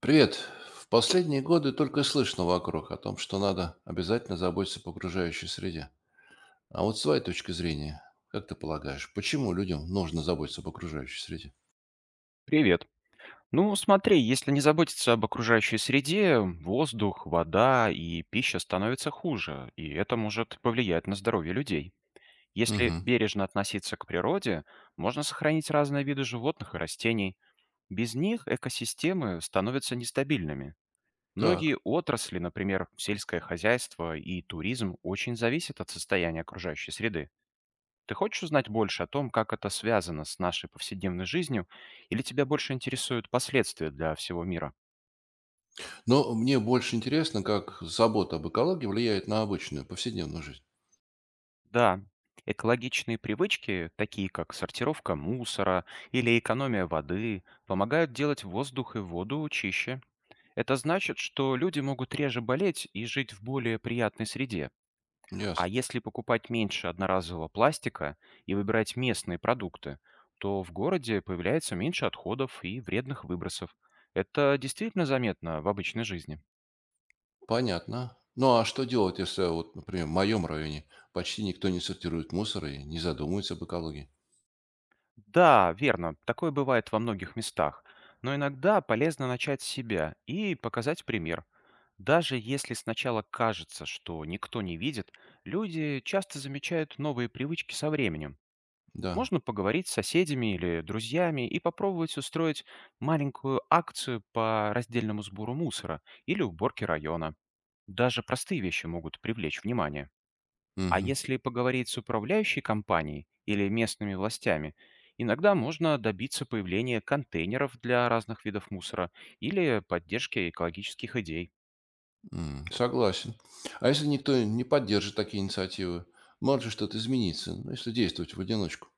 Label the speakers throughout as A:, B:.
A: Привет. В последние годы только слышно вокруг о том, что надо обязательно заботиться по окружающей среде. А вот с твоей точки зрения, как ты полагаешь, почему людям нужно заботиться об окружающей среде?
B: Привет. Ну, смотри, если не заботиться об окружающей среде, воздух, вода и пища становятся хуже, и это может повлиять на здоровье людей. Если
A: Угу.
B: бережно относиться к природе, можно сохранить разные виды животных и растений. Без них экосистемы становятся нестабильными. Многие
A: Так.
B: отрасли, например, сельское хозяйство и туризм, очень зависят от состояния окружающей среды. Ты хочешь узнать больше о том, как это связано с нашей повседневной жизнью, или тебя больше интересуют последствия для всего мира?
A: Но мне больше интересно, как забота об экологии влияет на обычную повседневную жизнь.
B: Да, экологичные привычки, такие как сортировка мусора или экономия воды, помогают делать воздух и воду чище. Это значит, что люди могут реже болеть и жить в более приятной среде. А
A: Ясно.
B: если покупать меньше одноразового пластика и выбирать местные продукты, то в городе появляется меньше отходов и вредных выбросов. Это действительно заметно в обычной жизни.
A: Понятно. Ну а что делать, если, вот, например, в моем районе почти никто не сортирует мусор и не задумывается об экологии?
B: Да, верно, такое бывает во многих местах. Но иногда полезно начать с себя и показать пример. Даже если сначала кажется, что никто не видит, люди часто замечают новые привычки со временем.
A: Да.
B: Можно поговорить с соседями или друзьями и попробовать устроить маленькую акцию по раздельному сбору мусора или уборке района. Даже простые вещи могут привлечь внимание. А
A: Угу.
B: если поговорить с управляющей компанией или местными властями, иногда можно добиться появления контейнеров для разных видов мусора или поддержки экологических идей.
A: М, согласен. А если никто не поддержит такие инициативы, может же что-то измениться, ну, если действовать в одиночку.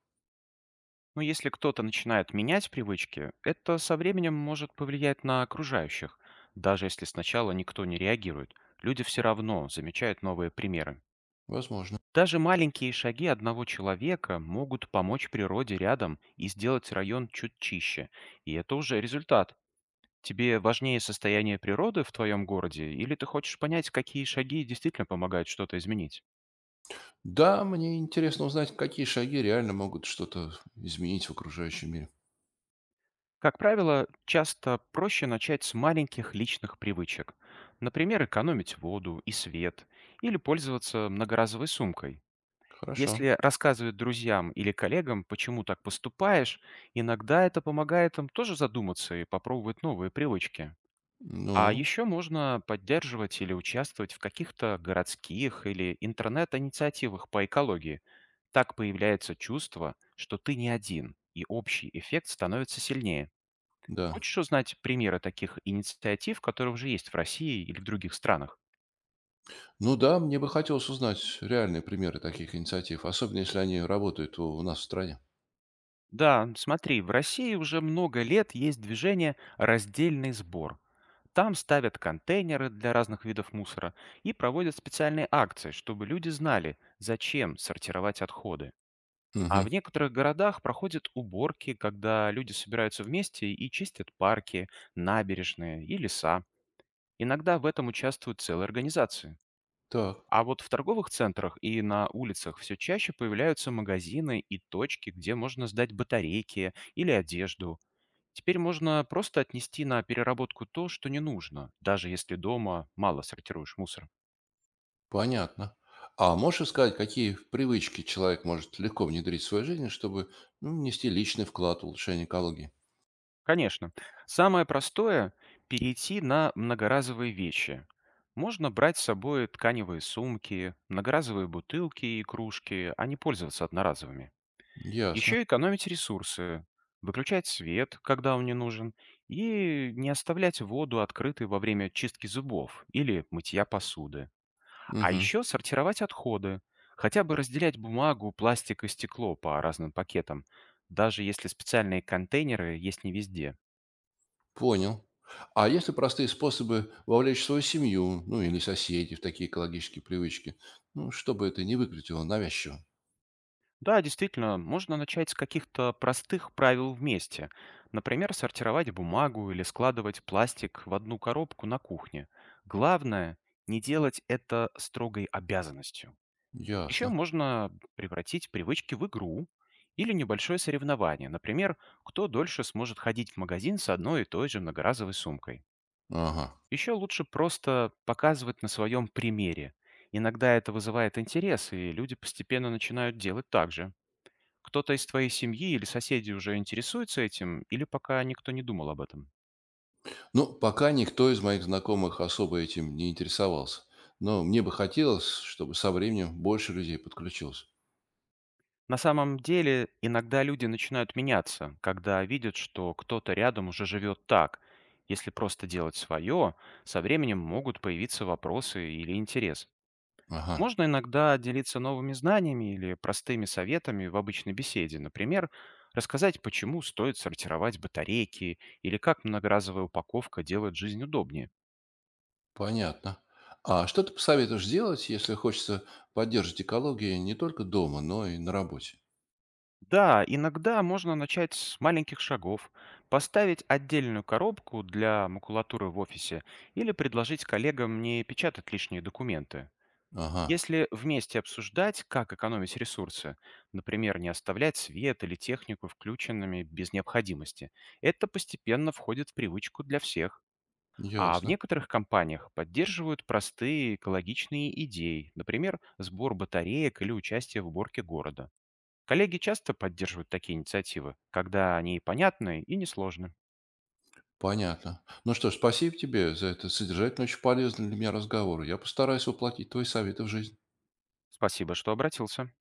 B: Но если кто-то начинает менять привычки, это со временем может повлиять на окружающих. Даже если сначала никто не реагирует, люди все равно замечают новые примеры.
A: Возможно.
B: Даже маленькие шаги одного человека могут помочь природе рядом и сделать район чуть чище. И это уже результат. Тебе важнее состояние природы в твоем городе, или ты хочешь понять, какие шаги действительно помогают что-то изменить?
A: Да, мне интересно узнать, какие шаги реально могут что-то изменить в окружающем мире.
B: Как правило, часто проще начать с маленьких личных привычек. Например, экономить воду и свет или пользоваться многоразовой сумкой.
A: Хорошо.
B: Если рассказывать друзьям или коллегам, почему так поступаешь, иногда это помогает им тоже задуматься и попробовать новые привычки. А
A: Ну,
B: еще можно поддерживать или участвовать в каких-то городских или интернет-инициативах по экологии. Так появляется чувство, что ты не один, и общий эффект становится сильнее.
A: да.
B: Хочешь узнать примеры таких инициатив, которые уже есть в России или в других странах?
A: Ну да, мне бы хотелось узнать реальные примеры таких инициатив, особенно если они работают у нас в стране.
B: Да, смотри, в России уже много лет есть движение «Раздельный сбор». Там ставят контейнеры для разных видов мусора и проводят специальные акции, чтобы люди знали, зачем сортировать отходы. А в
A: Мгм.
B: некоторых городах проходят уборки, когда люди собираются вместе и чистят парки, набережные и леса. Иногда в этом участвуют целые организации.
A: Так,
B: А вот в торговых центрах и на улицах все чаще появляются магазины и точки, где можно сдать батарейки или одежду. Теперь можно просто отнести на переработку то, что не нужно, даже если дома мало сортируешь мусор.
A: понятно. А можешь сказать, какие привычки человек может легко внедрить в свою жизнь, чтобы ну, нести личный вклад в улучшение экологии?
B: Конечно, самое простое– перейти на многоразовые вещи. Можно брать с собой тканевые сумки, многоразовые бутылки и кружки, а не пользоваться одноразовыми.
A: Ясно.
B: Еще экономить ресурсы, выключать свет, когда он не нужен, и не оставлять воду открытой во время чистки зубов или мытья посуды. А
A: Мгм.
B: еще сортировать отходы, хотя бы разделять бумагу, пластик и стекло по разным пакетам, даже если специальные контейнеры есть не везде.
A: Понял. А есть ли простые способы вовлечь свою семью, ну или соседей в такие экологические привычки, ну, чтобы это не выглядело навязчиво?
B: Да, действительно, можно начать с каких-то простых правил вместе. Например, сортировать бумагу или складывать пластик в одну коробку на кухне. Главное, не делать это строгой обязанностью. Еще
A: Ясно.
B: можно превратить привычки в игру или небольшое соревнование. Например, кто дольше сможет ходить в магазин с одной и той же многоразовой сумкой.
A: Ага.
B: Еще лучше просто показывать на своем примере. Иногда это вызывает интерес, и люди постепенно начинают делать так же. Кто-то из твоей семьи или соседей уже интересуется этим, или пока никто не думал об этом?
A: Ну, пока никто из моих знакомых особо этим не интересовался. Но мне бы хотелось, чтобы со временем больше людей подключилось.
B: На самом деле, иногда люди начинают меняться, когда видят, что кто-то рядом уже живет так. Если просто делать свое, со временем могут появиться вопросы или интерес.
A: Ага,
B: Можно иногда делиться новыми знаниями или простыми советами в обычной беседе. Например, рассказать, почему стоит сортировать батарейки или как многоразовая упаковка делает жизнь удобнее.
A: понятно. А что ты посоветуешь делать, если хочется поддерживать экологию не только дома, но и на работе?
B: Да, иногда можно начать с маленьких шагов, поставить отдельную коробку для макулатуры в офисе или предложить коллегам не печатать лишние документы.
A: Ага,
B: Если вместе обсуждать, как экономить ресурсы, например, не оставлять свет или технику включенными без необходимости, это постепенно входит в привычку для всех. А в
A: ясно.
B: некоторых компаниях поддерживают простые экологичные идеи, например, сбор батареек или участие в уборке города. Коллеги часто поддерживают такие инициативы, когда они понятны и несложны.
A: Понятно. Ну что ж, спасибо тебе за этот содержательный, очень полезный для меня разговор. Я постараюсь воплотить твои советы в жизнь.
B: Спасибо, что обратился.